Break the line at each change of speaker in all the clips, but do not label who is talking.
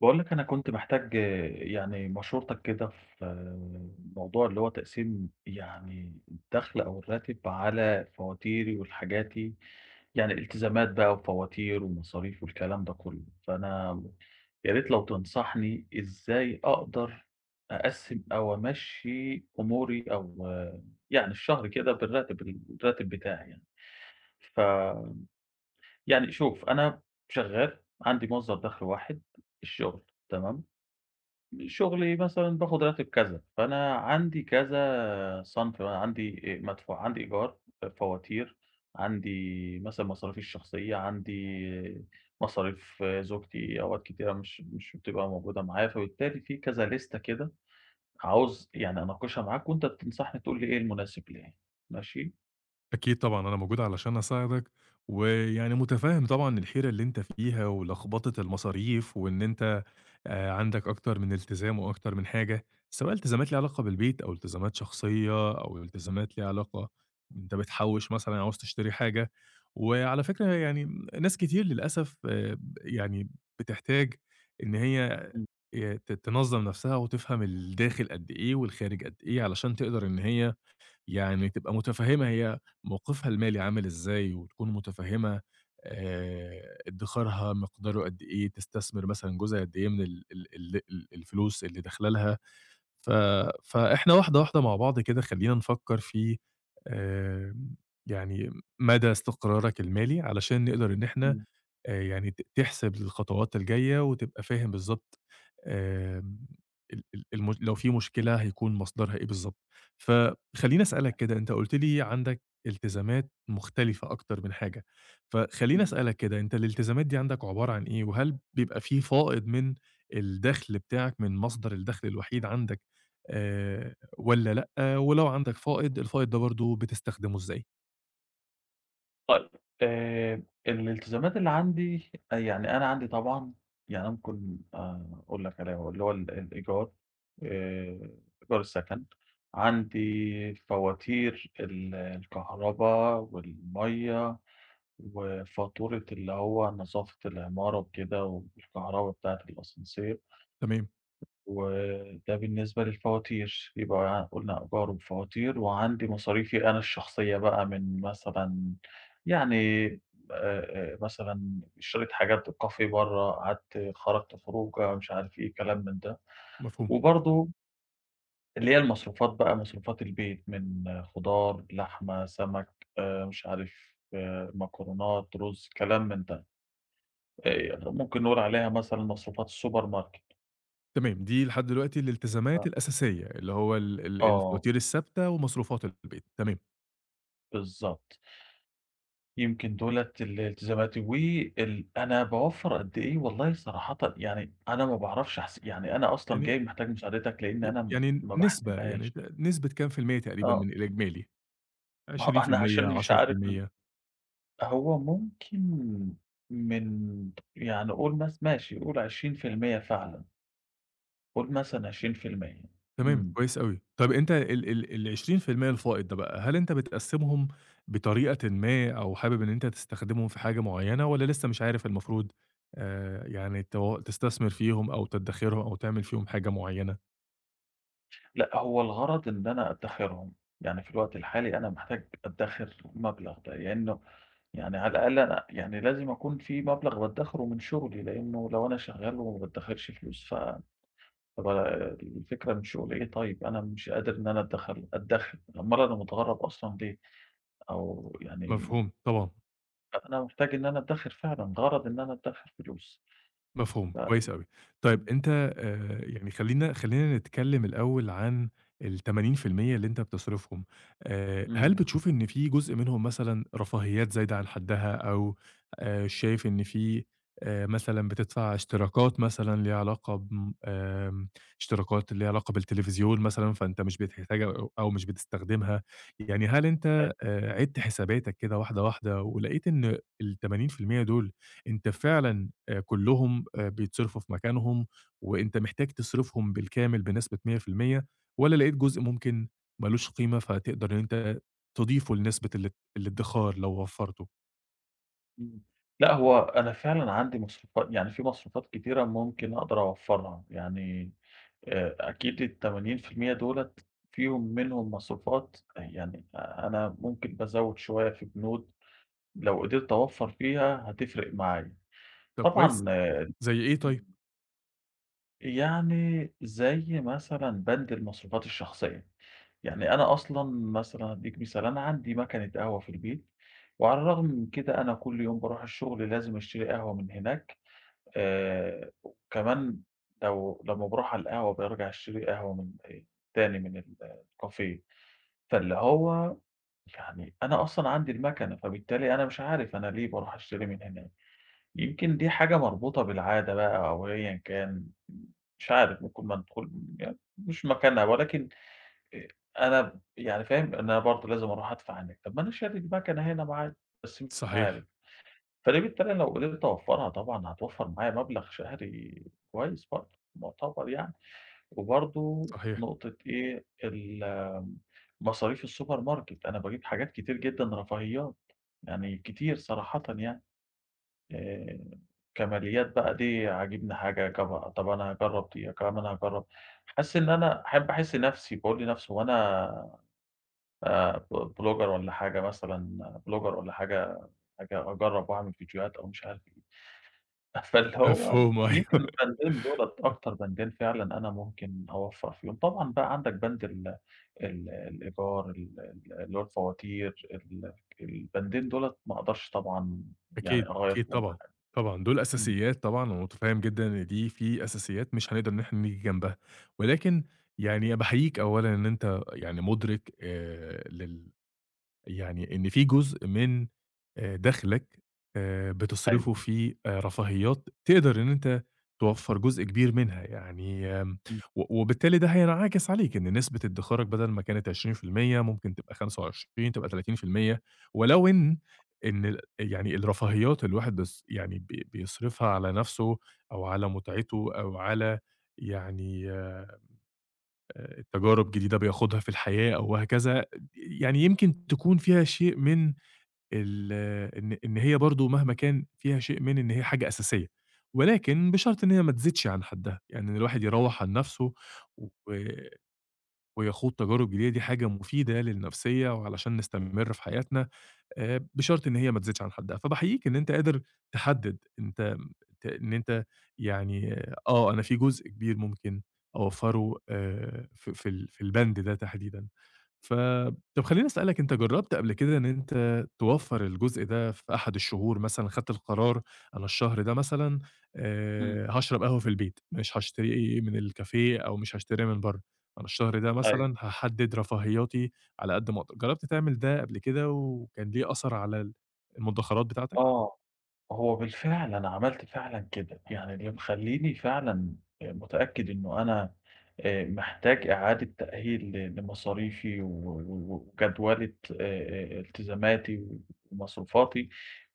باقول لك أنا كنت محتاج يعني مشورتك كده في موضوع اللي هو تقسيم يعني الدخل أو الراتب على فواتيري ولحاجاتي، يعني التزامات بقى وفواتير ومصاريف والكلام ده كله، فأنا يا ريت لو تنصحني إزاي أقدر أقسّم أو أمشّي أموري أو يعني الشهر كده بالراتب الراتب بتاعي يعني. ف يعني شوف أنا شغّال عندي مصدر دخل واحد الشغل. تمام؟ شغلي مثلًا باخد راتب كذا، فأنا عندي كذا صنف بقى، عندي مدفوع عندي إيجار، فواتير، عندي مثلًا مصاريفي الشخصية، عندي مصاريف زوجتي أوقات كتيرة مش بتبقى موجودة معايا، فبالتالي في كذا ليستة كده عاوز يعني أناقشها معاك وأنت بتنصحني تقول لي إيه المناسب ليّا. ماشي؟
أكيد طبعًا، أنا موجود علشان أساعدك، ويعني مُتفهِّم طبعًا الحيرة اللي أنت فيها ولخبطة المصاريف، وإن أنت عندك أكتر من التزام وأكتر من حاجة، سواء التزامات ليها علاقة بالبيت أو التزامات شخصية أو التزامات ليها علاقة أنت بتحوِّش مثلًا عاوز تشتري حاجة. وعلى فكرة يعني ناس كتير للأسف ب يعني بتحتاج إن هي
إمم.
ت تنظّم نَفْسها وتفهم الداخل قد إيه والخارج قد إيه علشان تقدر إن هي يعني تبقى متفهّمة هي موقفها المالي عامل إزاي، وتكون متفهّمة ادخارها مقداره قد إيه، تستثمر مثلًا جزء قد إيه من ال ال ال ال الفلوس اللي داخلة لها، ف فإحنا واحدة، واحدة مع بعض كده خلّينا نفكّر في آآ يعني مدى استقرارك المالي علشان نقدر إن إحنا
إمم.
يعني تحسب الخطوات الجاية وتبقى فاهم بالضبط آمم ال ال الم لو في مشكلة هيكون مصدرها إيه بالضبط. فخلّيني أسألك كده، أنت قُلت لي عندك التزامات مختلفة أكتر من حاجة، فخلّيني
إمم.
أسألك كده، أنت الالتزامات دي عندك عبارة عن إيه؟ وهل بيبقى في فائض من الدخل بتاعك من مصدر الدخل الوحيد عندك والّا لأ؟ ولو عندك فائض، الفائض ده برضه بتستخدمه إزاي؟
طيب. آآ الالتزامات اللي عندي يعني أنا عندي طبعًا يعني ممكن أقول لك عليها هو اللي هو الإيجار. إيجار السكن. عندي فواتير الكهربا والمَيّة وفاتورة اللي هو نظافة العمارة وكده والكهربا بتاعة الأسانسير.
تمام،
وده بالنسبة للفواتير. يبقى قُلنا إيجار وفواتير، وعندي مصاريفي أنا الشخصية بقى من مثلًا يعني مثلًا اشتريت حاجات coffee برّه، قعدت خرجت خروجة مش عارف إيه، كلام من ده.
مفهوم.
وبرضه اللي هي المصروفات بقى مصروفات البيت من خضار، لحمة، سمك، مش عارف مكرونات، رز، كلام من ده. ممكن نقول عليها مثلًا مصروفات السوبر ماركت.
تمام، دي لحد دلوقتي الالتزامات
ف
الأساسية، اللي هو ال ال
آه،
الفواتير الثابتة ومصروفات البيت، تمام،
بالضبط. يمكن دُولة الالتزاماتي، وال أنا باوفّر قد إيه والله صراحةً يعني أنا ما باعرفش أحس، يعني أنا أصلًا جاي
يعني
محتاج مساعدتك لإن أنا
يعني
ما
نسبة يعني
باحسبهاش.
نسبة كام في المِيّة تقريبًا
آه،
من الإجمالي؟
ما هو أنا عشان
20%،
مش عارف
10%،
هو ممكن من يعني قُل مث ماشي قُل 20% فعلًا، قُل مثلًا 20%.
تمام،
إمم.
كويس أوي. طَب أنت ال ال ال20% الفائض ده بقى، هل أنت بتقسّمهم بطريقةٍ ما أو حابب إن أنت تستخدمهم في حاجة معيّنة والّا لسه مش عارف المفروض يعني تستثمر فيهم أو تدّخرهم أو تعمل فيهم حاجة معيّنة؟
لأ، هو الغرض إن أنا أدّخرهم. يعني في الوقت الحالي أنا محتاج أدّخر المبلغ ده، لإنه يعني على الأقل أنا يعني لازم أكون في مبلغ بادّخره من شغلي، لإنه لو أنا شغال وما بادّخرش فلوس. طب أنا الفكرة من شغلي إيه طيب؟ أنا مش قادر إن أنا أدّخر، أومال أنا متغرّب أصلًا ليه؟ أو يعني
مفهوم، طبعًا.
أنا محتاج إن أنا أدّخر فعلًا، غرض إن أنا أدّخر فلوس.
مفهوم،
ف
كويس أوي. طيب
إمم.
أنت يعني خلّينا نتكلّم الأول عن ال80% اللي أنت بتصرفهم، هل
إمم.
بتشوف إن في جزء منهم مثلًا رفاهيات زايدة عن حدّها أو شايف إن في مثلًا بتدفع اشتراكات مثلًا ليها علاقة بم آمم اشتراكات ليها علاقة بالتلفزيون مثلًا فأنت مش بتحتاجها أو مش بتستخدمها، يعني هل أنت عِدت حساباتك كده واحدة، واحدة ولقيت إن ال80% دول أنت فعلًا كلّهم بيتصرفوا في مكانهم، وأنت محتاج تصرفهم بالكامل بنسبة 100% والّا لقيت جزء ممكن مالوش قيمة، فتقدر إن أنت تضيفه لنسبة الادخار لو وفّرته؟
إمم. لأ، هو أنا فعلًا عندي مصروفات، يعني في مصروفات كتيرة ممكن أقدر أوفّرها. يعني أكيد ال80% دُولة فيهم منهم مصروفات، يعني أنا ممكن بازوّد شوية في بنود. لو قدرت أوفّر فيها هتفرق معايا.
طب
طبعًا.
كويس، زي إيه طيب؟
إمم. يعني زي مثلًا بند المصروفات الشخصية. يعني أنا أصلًا مثلًا أدّيك مثال. أنا عندي مكنة قهوة في البيت، وعلى الرغم من كده أنا كل يوم باروح الشغل لازم أشتري قهوة من هناك. وكمان لو لمّا باروح على القهوة بارجع أشتري قهوة من تاني من الكافيه. فاللي هو يعني أنا أصلًا عندي المَكَنة. فبالتالي أنا مش عارف أنا ليه باروح أشتري من هناك. يمكن دي حاجة مربوطة بالعادة بقى أو أيًا كان. مش عارف، ممكن مدخول يعني مش مكانها، ولكن آآ أنا يعني فاهم إن أنا برضه لازم أروح أدفع هناك. طب ما أنا شاري المَكَنة هنا معايا، بس مش عارف.
صحيح،
فدي بالتالي لو قدرت أوفّرها طبعًا هتوفّر معايا مبلغ شهري كويس برضه، مُعتبر يعني. وبرضه
صحيح،
نقطة إيه، مصاريف السوبر ماركت. أنا باجيب حاجات كتير جدًا رفاهيات، يعني كتير صراحةً يعني. آآ كماليات بقى، دي عاجبني حاجة طب أنا هاجرّب دي. كمان أنا هاجرّب حاسس إن أنا أحب أحس نَفْسي، باقول لنَفْسي هو أنا ب blogger والّا حاجة مثلًا blogger والّا حاجة. آجي أجرّب وأعمل فيديوهات أو مش عارف إيه. فاللي هو
مفهوم أيوه،
يمكن البندين دُولة أكتر بندين فعلًا أنا ممكن أوفّر فيهم. طبعًا بقى عندك بند ال ال الإيجار، ال ال اللي هو الفواتير. البندين دُولة ما أقدرش طبعًا يعني
أكيد،
أغيّر
أكيد
فيهم
طبعًا، طبعًا، دول
إمم.
أساسيات طبعًا، ومتفهّم جدًا إن دي في أساسيات مش هنقدر إن إحنا نيجي جنبها، ولكن يعني باحييك أولًا إن أنت يعني مُدرك لل يعني إن في جزء من دخلك
أيوه.
بتصرفه في رفاهيات تقدر إن أنت توفّر جزء كبير منها، يعني
إمم.
وبالتالي ده هينعكس عليك، إن نسبة ادخارك بدل ما كانت 20% ممكن تبقى 25 تبقى 30% ولو إن إن ال يعني الرفاهيات الواحد بس يعني بيصرفها على نفسه أو على متعته أو على يعني آه، تجارب جديدة بياخدها في الحياة أو وهكذا، يعني يمكن تكون فيها شيء من ال إن هي برضه مهما كان فيها شيء من إن هي حاجة أساسية، ولكن بشرط إن هي ما تزيدش عن حدّها، يعني إن الواحد يروّح عن نَفْسه و ويخوض تجارب جديدة دي حاجة مفيدة للنفسية وعلشان نستمر في حياتنا بشرط إن هي ما تزيدش عن حدّها، فباحييك إن أنت قادر تحدد أنت إن أنت يعني آه، أنا في جزء كبير ممكن أوفّره في في ال في البند ده تحديدًا. ف طب خلّيني أسألك أنت جرّبت قبل كده إن أنت توفّر الجزء ده في أحد الشهور مثلًا، خدت القرار أنا الشهر ده مثلًا
إمم.
هاشرب قهوة في البيت، مش هاشتري من الكافيه أو مش هاشتريها من برّه، أنا الشهر ده
أيوه.
مثلًا هاحدد رفاهياتي على قد ما أقدر، جرّبت تعمل ده قبل كده وكان ليه أثر على المدخرات بتاعتك؟
آه. هو بالفعل أنا عملت فعلًا كده. يعني اللي مخلّيني فعلًا متأكد إنه أنا محتاج إعادة تأهيل ل لمصاريفي و و وجدولة التزاماتي ومصروفاتي،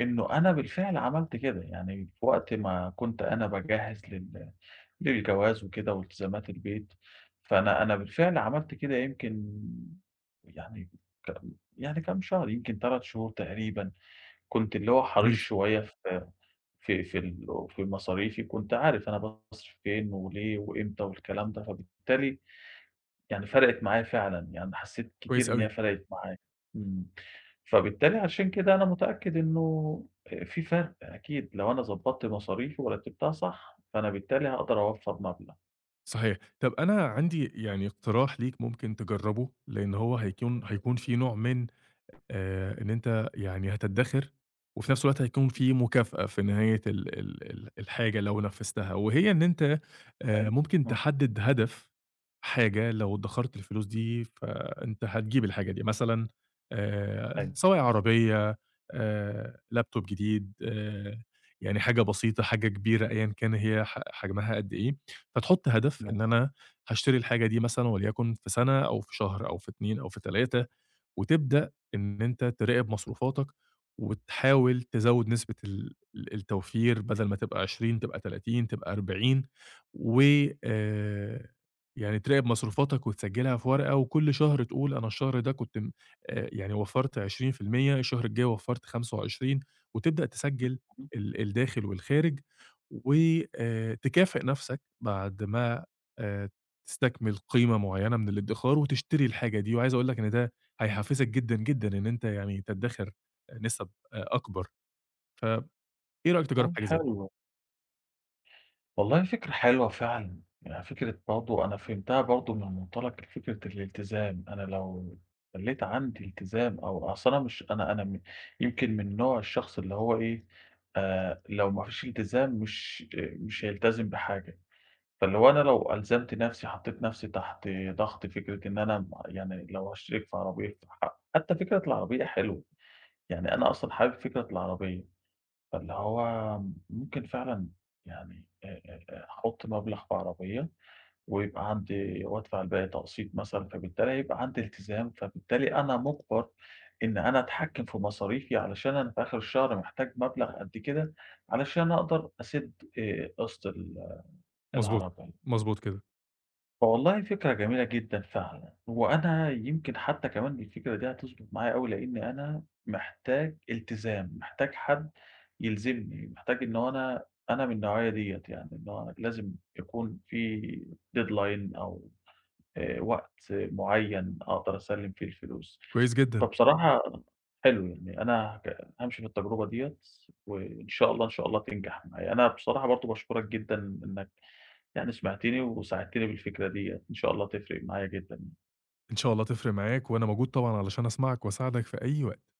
إنه أنا بالفعل عملت كده. يعني في وقت ما كنت أنا باجهّز لل للجواز وكده والتزامات البيت. فأنا بالفعل عملت كده، يمكن يعني ك يعني كام شهر، يمكن 3 شهور تقريبًا. كنت اللي هو حريص
جميل،
شوية في مصاريفي. كنت عارف أنا باصرف فين وليه وإمتى والكلام ده. فبالتالي يعني فرقِت معايا فعلًا، يعني حسّيت كتير
كويس
إن هي
أوي،
فرقِت معايا. إمم. فبالتالي عشان كده أنا متأكد إنه في فرق أكيد. لو أنا ضبّطت مصاريفي ورتّبتها صح، فأنا بالتالي هاقدر أوفّر مبلغ.
صحيح. طب أنا عندي يعني اقتراح ليك ممكن تجرّبه، لإن هو هيكون فيه نوع من إن أنت يعني هتدّخر، وفي نفس الوقت هيكون في مكافأة في نهاية ال ال ال الحاجة لو نفّذتها، وهي إن أنت
حلو.
ممكن
آه.
تحدّد هدف حاجة لو ادّخرت الفلوس دي فأنت هتجيب الحاجة دي، مثلًا
أيوه.
سواء عربية، laptop جديد، يعني حاجة بسيطة، حاجة كبيرة، أيًا كان هي حجمها قد إيه، فتحُط هدف إن
ماشي.
أنا هاشتري الحاجة دي مثلًا وليكن في سَنة أو في شهر أو في 2 أو في 3. وتبدأ إن أنت تراقب مصروفاتك، وتحاول تزوّد نسبة ال ال التوفير بدل ما تبقى 20 تبقى 30 تبقى 40 و آآ، يعني تراقب مصروفاتك وتسجّلها في ورقة، وكل شهر تقول أنا الشهر ده كنت م يعني وفّرت 20% الشهر الجاي وفّرت 25 وتبدأ تسجّل الداخل والخارج، و تكافئ نَفْسك بعد ما آآ، تستكمل قيمة معيّنة من الادّخار وتشتري الحاجة دي، وعايز أقول لك إن ده هيحفّزك جدًا، جدًا إن أنت يعني تدّخر نِسَب أكبر، فإيه رأيك تجرّب
والله
حاجة زي دي؟
حلو. والله فكرة حلوة فعلًا. يعني فكرة برضه أنا فهمتها برضه من منطلق فكرة الالتزام. أنا لو خلّيت عندي التزام أو أصل أنا مش أنا أنا م يمكن من نوع الشخص اللي هو إيه. لو ما فيش التزام مش مش هيلتزم بحاجة. فاللي هو أنا لو ألزمت نَفْسي حطّيت نَفْسي تحت ضغط فكرة إن أنا يعني لو هاشترك في عربية حتى فكرة العربية حلوة. يعني أنا أصلًا حابب فكرة العربية. فاللي هو ممكن فعلًا يعني أحُط مبلغ في عربية ويبقى عندي، وأدفع الباقي تقسيط مثلًا. فبالتالي يبقى عندي التزام، فبالتالي أنا مُجبر إن أنا أتحكّم في مصاريفي علشان أنا في آخر الشهر محتاج مبلغ قد كده علشان أقدر أسِد قسط
مضبوط،
العربية.
مضبوط كده،
والله فكرة جميلة جدًا فعلًا. وأنا يمكن حتى كمان الفكرة دي هتضبط معايا أوي، لإن أنا محتاج التزام، محتاج حد يلزمني، محتاج إن هو أنا أنا من النوعية ديّة. يعني إن هو لازم يكون في deadline أو وقت معيّن أقدر أسلّم فيه الفلوس.
كويس جدًا،
فبصراحة حلو. يعني أنا هامشي في التجربة ديّة، وإن شاء الله، إن شاء الله تنجح معايا. أنا بصراحة برضه باشكرك جدًا إنك يعني سمعتيني وساعدتيني بالفكرة ديّة. إن شاء الله تفرق معايا جدًا.
إن شاء الله تفرق معاك وأنا موجود طبعًا علشان أسمعك وأساعدك في أي وقت.